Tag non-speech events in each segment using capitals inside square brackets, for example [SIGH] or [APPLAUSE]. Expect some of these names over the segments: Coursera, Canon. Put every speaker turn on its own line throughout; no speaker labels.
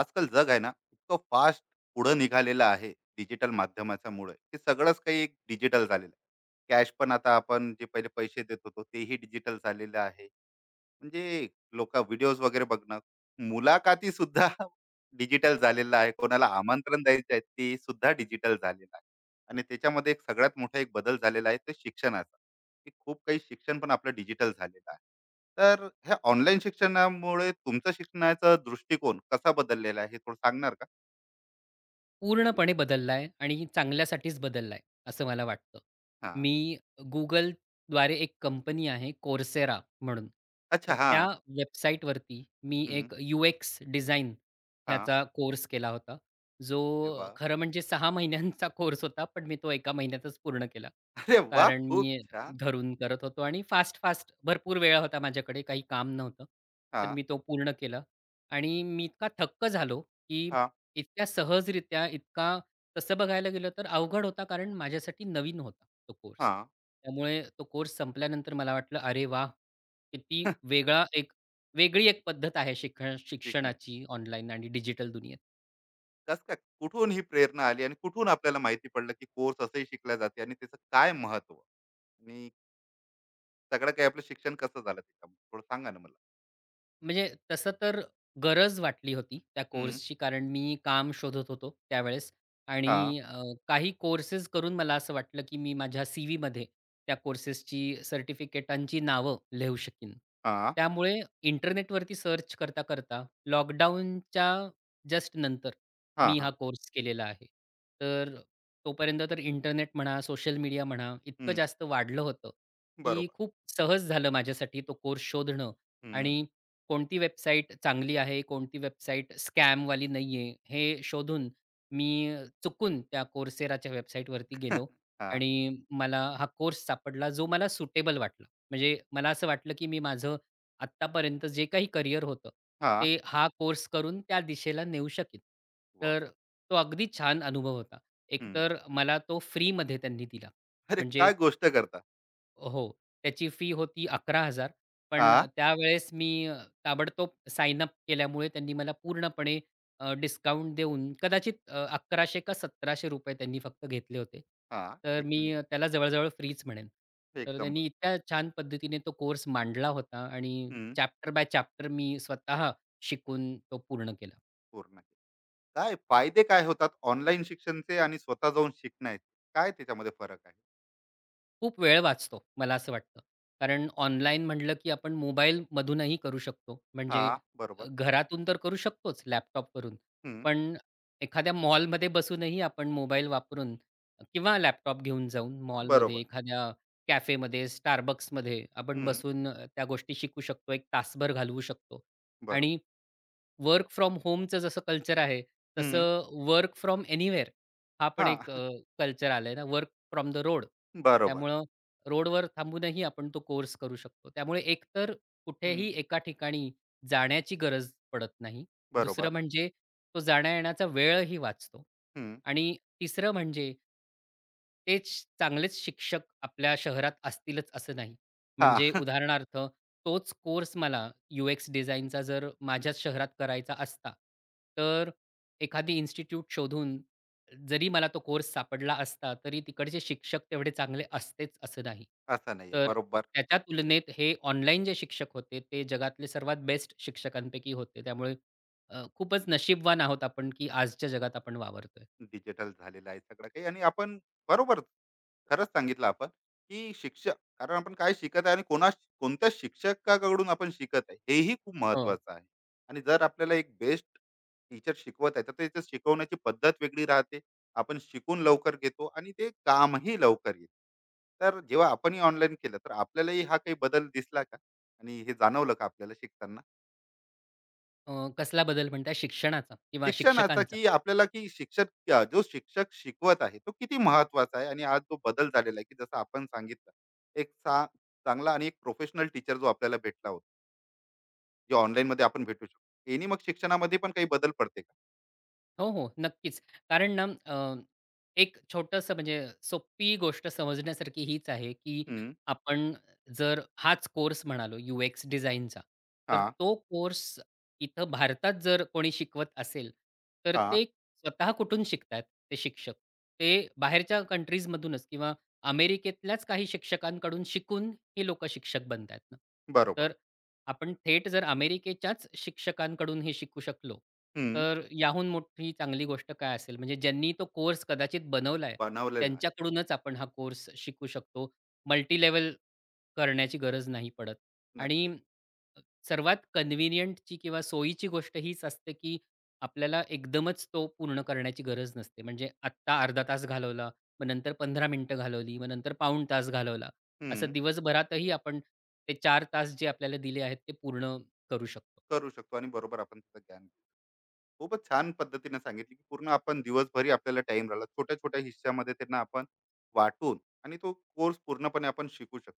आजकाल जग आहे ना इतकं फास्ट पुढं निघालेलं आहे. डिजिटल माध्यमाच्यामुळे की सगळंच काही एक डिजिटल झालेलं आहे. कॅश पण आता आपण जे पहिले पैसे देत होतो तेही डिजिटल झालेलं आहे. म्हणजे लोक व्हिडिओज वगैरे बघणं, मुलाखती सुद्धा [LAUGHS] डिजिटल झालेलं आहे. कोणाला आमंत्रण द्यायचे आहे, ते सुद्धा डिजिटल झालेलं आहे. आणि त्याच्यामध्ये एक सगळ्यात मोठा एक बदल झालेला आहे, ते शिक्षणाचा, की खूप काही शिक्षण पण आपलं डिजिटल झालेलं आहे. तर ह्या ऑनलाईन शिक्षणामुळे तुमचा शिक्षणाचा दृष्टिकोन कसा बदललेला आहे, हे थोडं सांगणार का?
पूर्णपणे बदललाय आणि चांगल्यासाठीच बदललाय, असं
अरे
मला
वाह!
वाटतं.
हां.
मी Googleद्वारे एक कंपनी आहे Coursera म्हणून.
अच्छा
तर त्या
हां.
वेबसाईटवरती मी
हं.
एक यू-एक्स डिझाइन
हां.
ह्याचा कोर्स केला होता. जो
अरे वाह!
खरं म्हणजे 6 महिन्यांचा कोर्स होता, पण मी तो एका महिन्यातच पूर्ण केला.
[LAUGHS] अरे वाह!
कारण
खूप
मी
छान.
घरून करत होतो आणि फास्ट-फास्ट भरपूर वेळ होता माझ्याकडे, काही काम नव्हतं. तर
हां,
मी तो पूर्ण केला आणि मी इतका थक्क झालो, की
हां,
इतक्या सहजरित्या, इतका तसं बघायला गेलं तर अवघड होता कारण माझ्यासाठी नवीन होता तो कोर्स.
हां.
त्यामुळे तो कोर्स संपल्यानंतर मला वाटलं, "अरे वाह! किती
शिकणे.
वेगळा एक वेगळी एक पद्धत आहे शिक
[LAUGHS]
शिक्षणाची ऑनलाईन आणि डिजिटल दुनियेत."
कस काय कुठून ही प्रेरणा आली आणि कुठून आपल्याला माहिती पडलं की कोर्स असंही शिकला जाते आणि त्याचं काय महत्व आणि सगळं काही आपलं शिक्षण कसं झालं त्याच्यामध्ये थोडं सांगा ना मला.
म्हणजे तसं तर गरज वाटली होती त्या
हम्म,
कोर्सची, कारण मी काम शोधत होतो त्यावेळेस
हा
आणि काही कोर्सेस करून मला असं वाटलं, की मी माझ्या सी-व्हीमध्ये त्या कोर्सेसची सर्टिफिकेटांची नावं लिहू शकीन.
हा
त्यामुळे इंटरनेटवरती सर्च करता-करता लॉकडाऊनच्या जस्ट नंतर
हा
मी हा
हा
कोर्स केलेला आहे. तर तोपर्यंत तर इंटरनेट म्हणा, सोशल मीडिया म्हणा, इतकं
हम्म,
जास्त वाढलं होतं, की
बरोबर.
खूप सहज झालं माझ्यासाठी तो कोर्स शोधणं
हम्म,
आणि कोणती वेबसाईट चांगली आहे, कोणती वेबसाईट स्कॅमवाली नाहीये, हे शोधून मी चुकून त्या Courseraच्या वेबसाईटवरती
[LAUGHS]
गेलो
हा
आणि मला हा कोर्स सापडला जो मला सुटेबल वाटला. म्हणजे मला असं वाटलं, की मी माझं आत्तापर्यंत जे काही करियर होतं,
हा.
ते हा कोर्स करून त्या दिशेला नेऊ शकेन.
वा.
तर तो अगदी छान अनुभव होता.
हम्म,
एकतर मला तो फ्रीमध्ये त्यांनी दिला.
अरे
म्हणजे
काय गोष्ट करता.
हो. त्याची फी होती 11,000,
हा
पण त्यावेळेस मी ताबडतोब साइन अप केल्यामुळे त्यांनी मला पूर्णपणे डिस्काउंट देऊन कदाचित 1100 का ₹1,700 त्यांनी फक्त घेतले होते.
हा
तर
एक
मी
मिनिमम
त्याला जवळ फ्रीच म्हणेन. तर
एकदम ब-
त्यांनी इतक्या छान पद्धतीने तो कोर्स मांडला होता आणि
हम्म,
चॅप्टर बाय चॅप्टर मी स्वतः शिकून तो पूर्ण केला.
पूर्ण केलं. काय फायदे काय होतात ऑनलाईन शिक्षणचे आणि स्वतः जाऊन शिकण्याचे काय त्याच्यामध्ये फरक आहे?
खूप वेळ वाचतो, मला असं वाटतं. कारण ऑनलाईन म्हटलं, की आपण मोबाईलमधूनही करू शकतो.
हा
म्हणजे
बरोबर.
घरातून तर करू शकतोच लॅपटॉपवरून.
हम्म,
पण एखाद्या मॉलमध्ये बसूनही आपण मोबाईल वापरून किंवा लॅपटॉप घेऊन जाऊन मॉलमध्ये,
बरोबर.
एखाद्या कॅफेमध्ये, Starbucksमध्ये आपण
हम्म,
बसून त्या गोष्टी शिकू शकतो. एक तासभर घालवू शकतो. आणि
बरोबर.
वर्क फ्रॉम होमचं जसं कल्चर आहे, तसं वर्क फ्रॉम एनीवेअर हा पण
हां,
एक
[LAUGHS]
कल्चर आलाय ना, वर्क फ्रॉम द रोड.
बरोबर.
त्यामुळं रोडवर थांबूनही आपण तो कोर्स करू शकतो. त्यामुळे एकतर
हं,
कुठेही एका ठिकाणी जाण्याची गरज पडत नाही.
बरोबर.
दुसरं म्हणजे तो जाण्या-येण्याचा वेळही वाचतो
हं,
आणि तिसरं म्हणजे तेच चांगलेच शिक्षक आपल्या शहरात असतीलच असं नाही. म्हणजे
हां, [LAUGHS]
उदाहरणार्थ तोच कोर्स मला यू-एक्स डिझाइनचा जर माझ्याच शहरात करायचा असता, तर एखादी इन्स्टिट्यूट शोधून जरी मला तो कोर्स सापडला असता, तरी तिकडचे शिक्षक तेवढे चांगले असतेच असं नाही.
असं नाहीये.
तर
बरोबर.
त्याच्या तुलनेत हे ऑनलाईन जे शिक्षक होते, ते जगातले सर्वात बेस्ट शिक्षकांपैकी होते. त्यामुळे खूपच नशीबवान आहोत आपण, की आजच्या जगात आपण वावरतोय.
डिजिटल झालेलं आहे सगळं काही आणि आपण बरोबर. खरंच सांगितलं आपण, की शिक्षक कारण आपण काय शिकत आहे आणि कोणा कोणत्या शिक्षकाकडून आपण शिकत आहे, हेही खूप
हो.
महत्त्वाचं आहे. आणि जर आपल्याला एक बेस्ट टीचर शिकवत आहे, तर त्याचं शिकवण्याची पद्धत वेगळी राहते. आपण शिकून लवकर घेतो आणि ते कामही लवकर येतं. तर जेव्हा आपणही ऑनलाईन केलं, तर आपल्यालाही हा काही बदल दिसला का? आणि हे जाणवलं का आपल्याला शिकताना?
कसला बदल म्हणताय? शिक्षणाचा किंवा
शिक्षणाचा
शिक्षकांचा?
की आपल्याला की शिक्षक जो शिक्षक शिकवत आहे तो किती महत्वाचा आहे आणि आज जो बदल झालेला आहे की जसं आपण सांगितलं एक चा चांगला आणि एक प्रोफेशनल टीचर जो आपल्याला भेटला होता जो ऑनलाईन मध्ये आपण भेटू शकतो यांनी मग शिक्षणामध्ये पण काही बदल पडते का?
हो, हो, नक्कीच. कारण ना एक छोटंसं म्हणजे सोपी गोष्ट समजण्यासारखी हीच आहे, की
हम्म,
आपण जर हाच कोर्स म्हणालो यू-एक्स डिझाइनचा,
हा
तर तो कोर्स इथं भारतात जर कोणी शिकवत असेल, तर
हा
ते स्वतः कुठून शिकतायत ते शिक्षक? ते बाहेरच्या कंट्रीजमधूनच किंवा अमेरिकेतल्याच काही शिक्षकांकडून शिकून हे लोकं शिक्षक बनतायत ना.
बरोबर.
तर आपण थेट जर अमेरिकेच्याच शिक्षकांकडून हे शिकू शकलो,
हम्म,
तर याहून मोठी चांगली गोष्ट काय असेल? म्हणजे ज्यांनी तो कोर्स कदाचित बनवलाय,
बनवलेला आहे.
त्यांच्याकडूनच आपण हा कोर्स शिकू शकतो. मल्टी लेवल करण्याची गरज नाही पडत. आणि
नक्कीच.
सर्वात कन्व्हिनियंटची किंवा सोयीची गोष्ट हीच असते, की आपल्याला एकदमच तो पूर्ण करण्याची गरज नसते. म्हणजे आत्ता अर्धा तास घालवला, मग नंतर 15 मिनिटं घालवली, मग नंतर पाऊण तास घालवला.
हम्म,
असं दिवसभरातही आपण ते 4 तास जे आपल्याला दिले आहेत ते पूर्ण करू शकतो.
करू शकतो आणि बरोबर आपण त्याचं ज्ञान घेऊ. खूपच छान पद्धतीने सांगितली की पूर्ण आपण दिवसभरी आपल्याला टाइम राहिला छोट्या छोट्या हिश्श्यामध्ये त्यांना आपण वाटून आणि तो कोर्स पूर्णपणे आपण शिकू शकतो.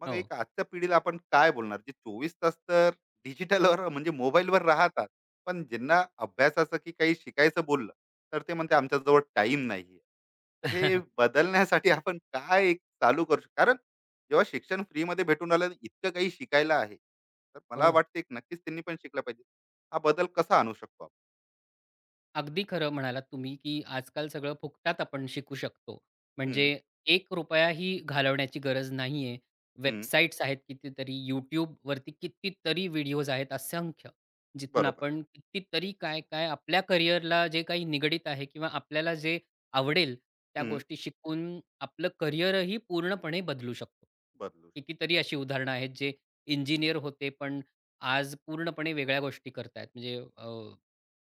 मग
हो.
एक आजच्या पिढीला आपण काय बोलणार जे चोवीस तास तर डिजिटलवर म्हणजे मोबाईलवर राहतात पण ज्यांना अभ्यासाचं की काही शिकायचं बोललं तर ते म्हणते आमच्याजवळ टाइम नाहीये. तर हे
[LAUGHS]
बदलण्यासाठी आपण काय एक चालू करू शकतो कारण जेव्हा शिक्षण फ्रीमध्ये भेटून आलं इतकं काही शिकायला आहे तर मला
हो.
वाटते एक नक्कीच त्यांनी पण शिकलं पाहिजे. हा बदल कसा आणू शकतो आपण?
अगदी खरं म्हणालात तुम्ही, की आजकाल सगळं फुकटात आपण शिकू शकतो.
हम्म,
म्हणजे ₹1ही घालवण्याची गरज नाहीये.
हम्म,
वेबसाईट्स आहेत कितीतरी, YouTubeवरती कितीतरी व्हिडिओज आहेत असंख्य, जिथून
बरोबर.
आपण कितीतरी काय-काय आपल्या करिअरला जे काही निगडीत आहे किंवा आपल्याला जे आवडेल त्या
हम्म,
गोष्टी शिकून आपलं करिअरही पूर्णपणे बदलू शकतो.
बदलू शकतो.
कितीतरी अशी उदाहरणं आहेत जे इंजिनिअर होते, पण आज पूर्णपणे वेगळ्या गोष्टी करतायत. म्हणजे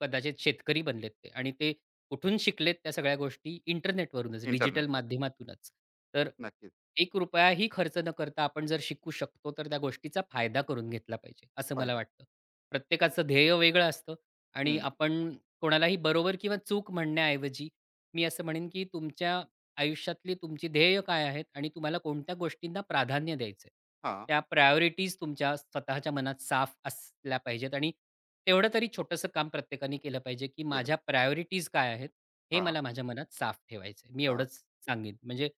कदाचित शेतकरी बनलेत ते आणि ते कुठून शिकलेत त्या सगळ्या गोष्टी? इंटरनेटवरूनच, डिजिटल
इंटरनेटवर.
माध्यमातूनच. तर
नक्कीच.
₹1 ही खर्च न करता आपण जर शिकू शकतो, तर त्या गोष्टीचा फायदा करून घेतला पाहिजे, असं मला
फायदा.
वाटतं. प्रत्येकाचं ध्येय वेगळं असतं आणि
हम्म,
आपण कोणालाही बरोबर किंवा चूक म्हणण्याऐवजी मी असं म्हणेन, की तुमच्या आयुष्यातली तुमची ध्येय काय आहेत आणि तुम्हाला कोणत्या गोष्टींना प्राधान्य द्यायचंय.
हा
त्या प्रायोरिटीज तुमच्या स्वतःच्या मनात साफ असल्या पाहिजेत आणि तेवढं तरी छोटंसं काम प्रत्येकाने केलं पाहिजे, की
केलं
माझ्या प्रायोरिटीज काय आहेत, हे
हा.
मला माझ्या मनात साफ ठेवायचंय. मी एवढंच सांगेन. म्हणजे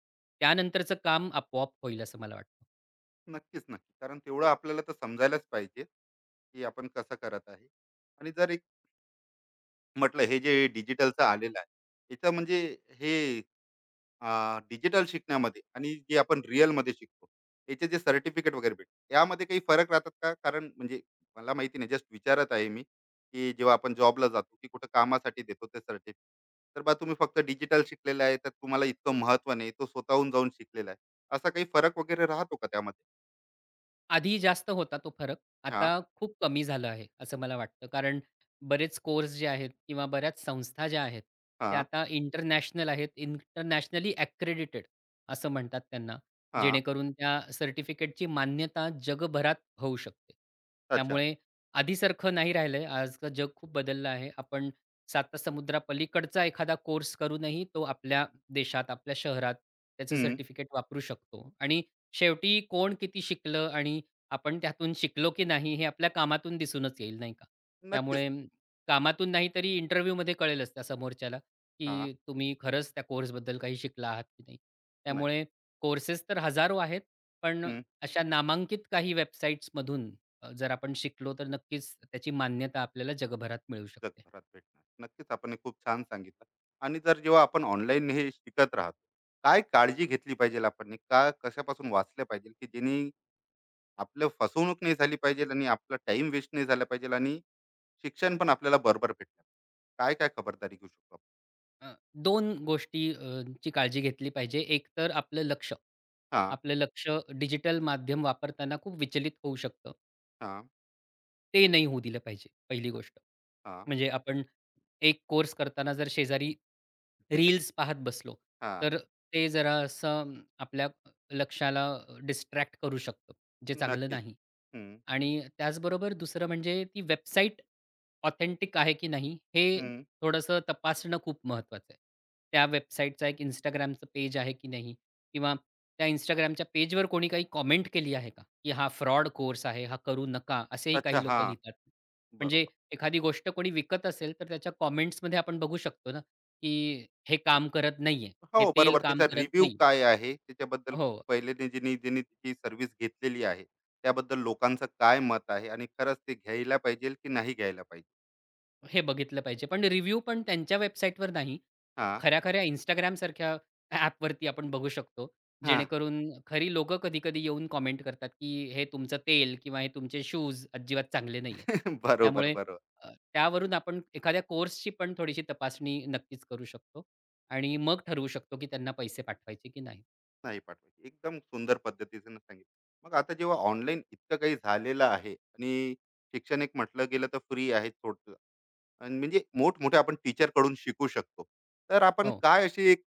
त्यानंतरचं काम आपोआप होईल असं मला वाटतं.
नक्कीच नक्की कारण तेवढं आपल्याला तर समजायलाच पाहिजे की आपण कसं करत आहे. आणि जर एक म्हटलं हे जे डिजिटलचं आलेलं आहे याचं म्हणजे हे डिजिटल शिकण्यामध्ये आणि जे आपण रिअलमध्ये शिकतो याचे जे सर्टिफिकेट वगैरे भेटते यामध्ये काही फरक राहतात का कारण म्हणजे मला माहिती नाही जस्ट विचारत आहे मी की जेव्हा आपण जॉबला जातो की कुठं कामासाठी देतो ते सर्टिफिकेट तर बा तुम्ही फक्त डिजिटल शिकलेला आहे तर तुम्हाला इतकं महत्व नाही तो स्वतःहून जाऊन शिकलेला आहे असा काही फरक वगैरे राहतो का त्यामध्ये?
आधी जास्त होता तो फरक.
हा
आता खूप कमी झालं आहे, असं मला वाटतं. कारण बरेच कोर्स जे आहेत किंवा बऱ्याच संस्था ज्या आहेत, त्या
हा
आता इंटरनॅशनल आहेत. इंटरनॅशनली अक्रेडिटेड असं म्हणतात त्यांना.
हा.
जेणेकरून त्या सर्टिफिकेटची मान्यता जगभरात होऊ शकते.
अच्छा.
त्यामुळे आधीसारखं नाही राहिलंय. आजचं जग खूप बदललं आहे. आपण सातासमुद्रापलीकडचा एखादा कोर्स करूनही तो आपल्या देशात, आपल्या शहरात त्याचं
हं.
सर्टिफिकेट वापरू शकतो. आणि शेवटी कोण किती शिकलं आणि आपण त्यातून शिकलो की नाही हे आपल्या कामातून दिसूनच येईल नाही का?
नक्कीच.
त्यामुळे कामातून नाही तरी इंटरव्ह्यूमध्ये कळेलच त्या समोरच्याला,
हां,
की तुम्ही खरंच त्या कोर्सबद्दल काही शिकला आहात की नाही.
नाही.
त्यामुळे कोर्सेस तर हजारो आहेत, पण
हं.
अशा नामांकित काही वेबसाईट्समधून जर आपण शिकलो तर नक्कीच त्याची मान्यता आपल्याला जगभरात मिळू शकते.
जगभरात भेटणार. नक्कीच आपण हे खूप छान सांगितलं. आणि जर जेव्हा आपण ऑनलाईन हे शिकत राहतो, काय काळजी घेतली पाहिजे आपण? आणि का कशापासून वाचलं पाहिजे, की जेणे आपलं फसवणूक नाही झाली पाहिजे आणि आपला टाइम वेस्ट नाही झाला पाहिजे आणि शिक्षण पण आपल्याला बरोबर भेटलं. काय-काय खबरदारी घेऊ शकतो आपण?
अ, 2 गोष्टी ची काळजी घेतली पाहिजे. एक तर आपलं लक्ष.
हां,
आपलं लक्ष डिजिटल माध्यम वापरताना खूप विचलित होऊ शकतं,
हां,
ते नाही होऊ दिलं पाहिजे पहिली गोष्ट.
हां,
म्हणजे आपण एक कोर्स करताना जर शेजारी रील्स पाहत बसलो,
हां.
तर ते जरा असं आपल्या लक्षाला डिस्ट्रॅक्ट करू शकतं, जे चांगलं
नक्कीच.
नाही.
हं,
आणि त्याचबरोबर दुसरं म्हणजे ती वेबसाईट ऑथेंटिक आहे की नाही, हे
हं.
थोडंसं तपासणं खूप महत्त्वाचं आहे. त्या वेबसाईटचा एक Instagramचं पेज आहे की नाही किंवा त्या Instagramच्या पेजवर कोणी काही कॉमेंट केली आहे का, की हा फ्रॉड कोर्स आहे, हा करू नका, असेही
अच्छा.
काही लोकं
हां,
लिहितात. म्हणजे
बरोबर.
एखादी गोष्ट कोणी विकत असेल, तर त्याच्या कॉमेंट्समध्ये आपण बघू शकतो ना, की हे काम करत नाहीये, हे
हो,
तेल
बरोबर.
काम
त्याचा
करत
रिव्ह्यू
नाहीये.
काय आहे? त्याच्याबद्दल
हो,
पहिले ते ज्यांनी ज्यांनी तिची सर्व्हिस घेतलेली आहे, त्याबद्दल लोकांचं काय मत आहे आणि खरंच ते घ्यायला पाहिजे की नाही घ्यायला पाहिजे?
हे बघितलं पाहिजे. पण रिव्ह्यू पण त्यांच्या वेबसाईटवर नाही.
हां,
खऱ्या-खऱ्या Instagramसारख्या ॲपवरती आपण बघू शकतो.
हां.
जेणेकरून खरी लोकं कधी-कधी येऊन कॉमेंट करतात, की हे तुमचं तेल किंवा हे तुमचे शूज अजिबात चांगले नाहीयेत.
[LAUGHS] बरोबर,
त्यामुळे
बरोबर.
अ, त्यावरून आपण एखाद्या कोर्सची पण थोडीशी तपासणी नक्कीच करू शकतो आणि मग ठरवू शकतो, की त्यांना पैसे पाठवायचे की नाही.
नाही पाठवायची. एकदम सुंदर पद्धतीनं सांगितलं. मग आता जेव्हा ऑनलाईन इतकं काही झालेलं आहे आणि शिक्षण एक म्हटलं गेलं तर फ्री आहे. आणि म्हणजे मोठमोठ्या आपण टीचरकडून शिकू शकतो. तर आपण
हो.
काय अशी एक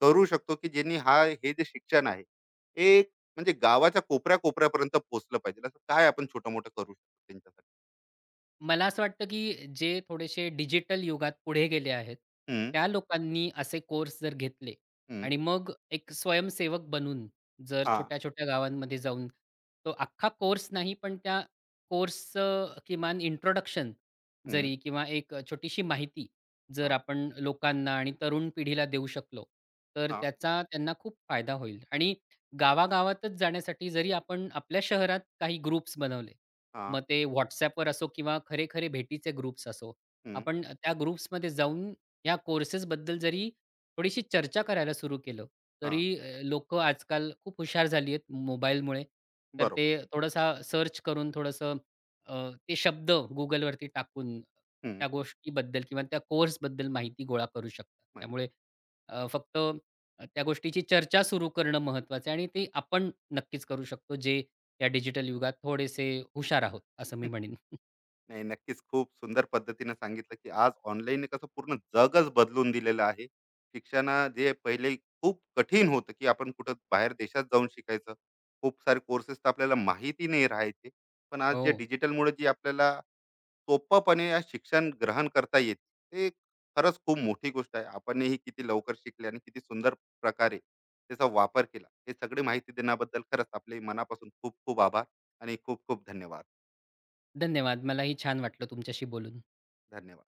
करू शकतो, की ज्यांनी हा हे जे शिक्षण आहे, हे एक म्हणजे गावाच्या कोपऱ्या-कोपऱ्यापर्यंत पोहोचलं पाहिजे. असं काय आपण छोटं-मोठं करू शकतो त्यांच्यासाठी?
मला असं वाटतं, की जे थोडेसे डिजिटल युगात पुढे गेले आहेत,
हं,
त्या लोकांनी असे कोर्स जर घेतले
हं,
आणि मग एक स्वयंसेवक बनून जर
हां,
छोट्या-छोट्या गावांमध्ये जाऊन तो अख्खा कोर्स नाही, पण त्या कोर्सचं किमान इंट्रोडक्शन
हं,
जरी किंवा एक छोटीशी माहिती जर
हां,
आपण लोकांना आणि तरुण पिढीला देऊ शकलो, तर
हां,
त्याचा त्यांना खूप फायदा होईल. आणि गावागावातच जाण्यासाठी जरी आपण आपल्या शहरात काही ग्रुप्स बनवले,
हां,
मग ते WhatsAppवर असो किंवा खरे-खरे भेटीचे ग्रुप्स असो.
हं,
आपण त्या ग्रुप्समध्ये जाऊन या कोर्सेसबद्दल जरी थोडीशी चर्चा करायला सुरू केलं,
हां.
तरी लोक आजकाल खूप हुशार झाली आहेत मोबाईलमुळे. तर ते
बरोबर.
थोडासा सर्च करून थोडंसं अ, ते शब्द Googleवरती टाकून
हं,
त्या गोष्टीबद्दल किंवा त्या कोर्सबद्दल माहिती गोळा करू शकतात.
माहिती.
त्यामुळे फक्त त्या गोष्टीची चर्चा सुरू करणं महत्त्वाचं आहे आणि ते आपण नक्कीच करू शकतो, जे या डिजिटल युगात थोडेसे हुशार आहोत, असं मी म्हणेन.
नाही नक्कीच खूप सुंदर पद्धतीने सांगितलं की आज ऑनलाईन कसं पूर्ण जगच बदलून दिलेलं आहे शिक्षण जे पहिले खूप कठीण होतं की आपण कुठं बाहेर देशात जाऊन शिकायचं खूप सारे कोर्सेस तर आपल्याला माहिती नाही राहायचे पण आज
हो,
जे डिजिटलमुळे जी आपल्याला सोपपणे या शिक्षण ग्रहण करता येते ते खरंच खूप मोठी गोष्ट आहे. आपणही किती लवकर शिकले आणि किती सुंदर प्रकारे त्याचा वापर केला हे सगळी माहिती देण्याबद्दल खरंच आपले मनापासून खूप खूप आभार आणि खूप खूप धन्यवाद.
धन्यवाद. मलाही छान वाटलं तुमच्याशी बोलून.
धन्यवाद.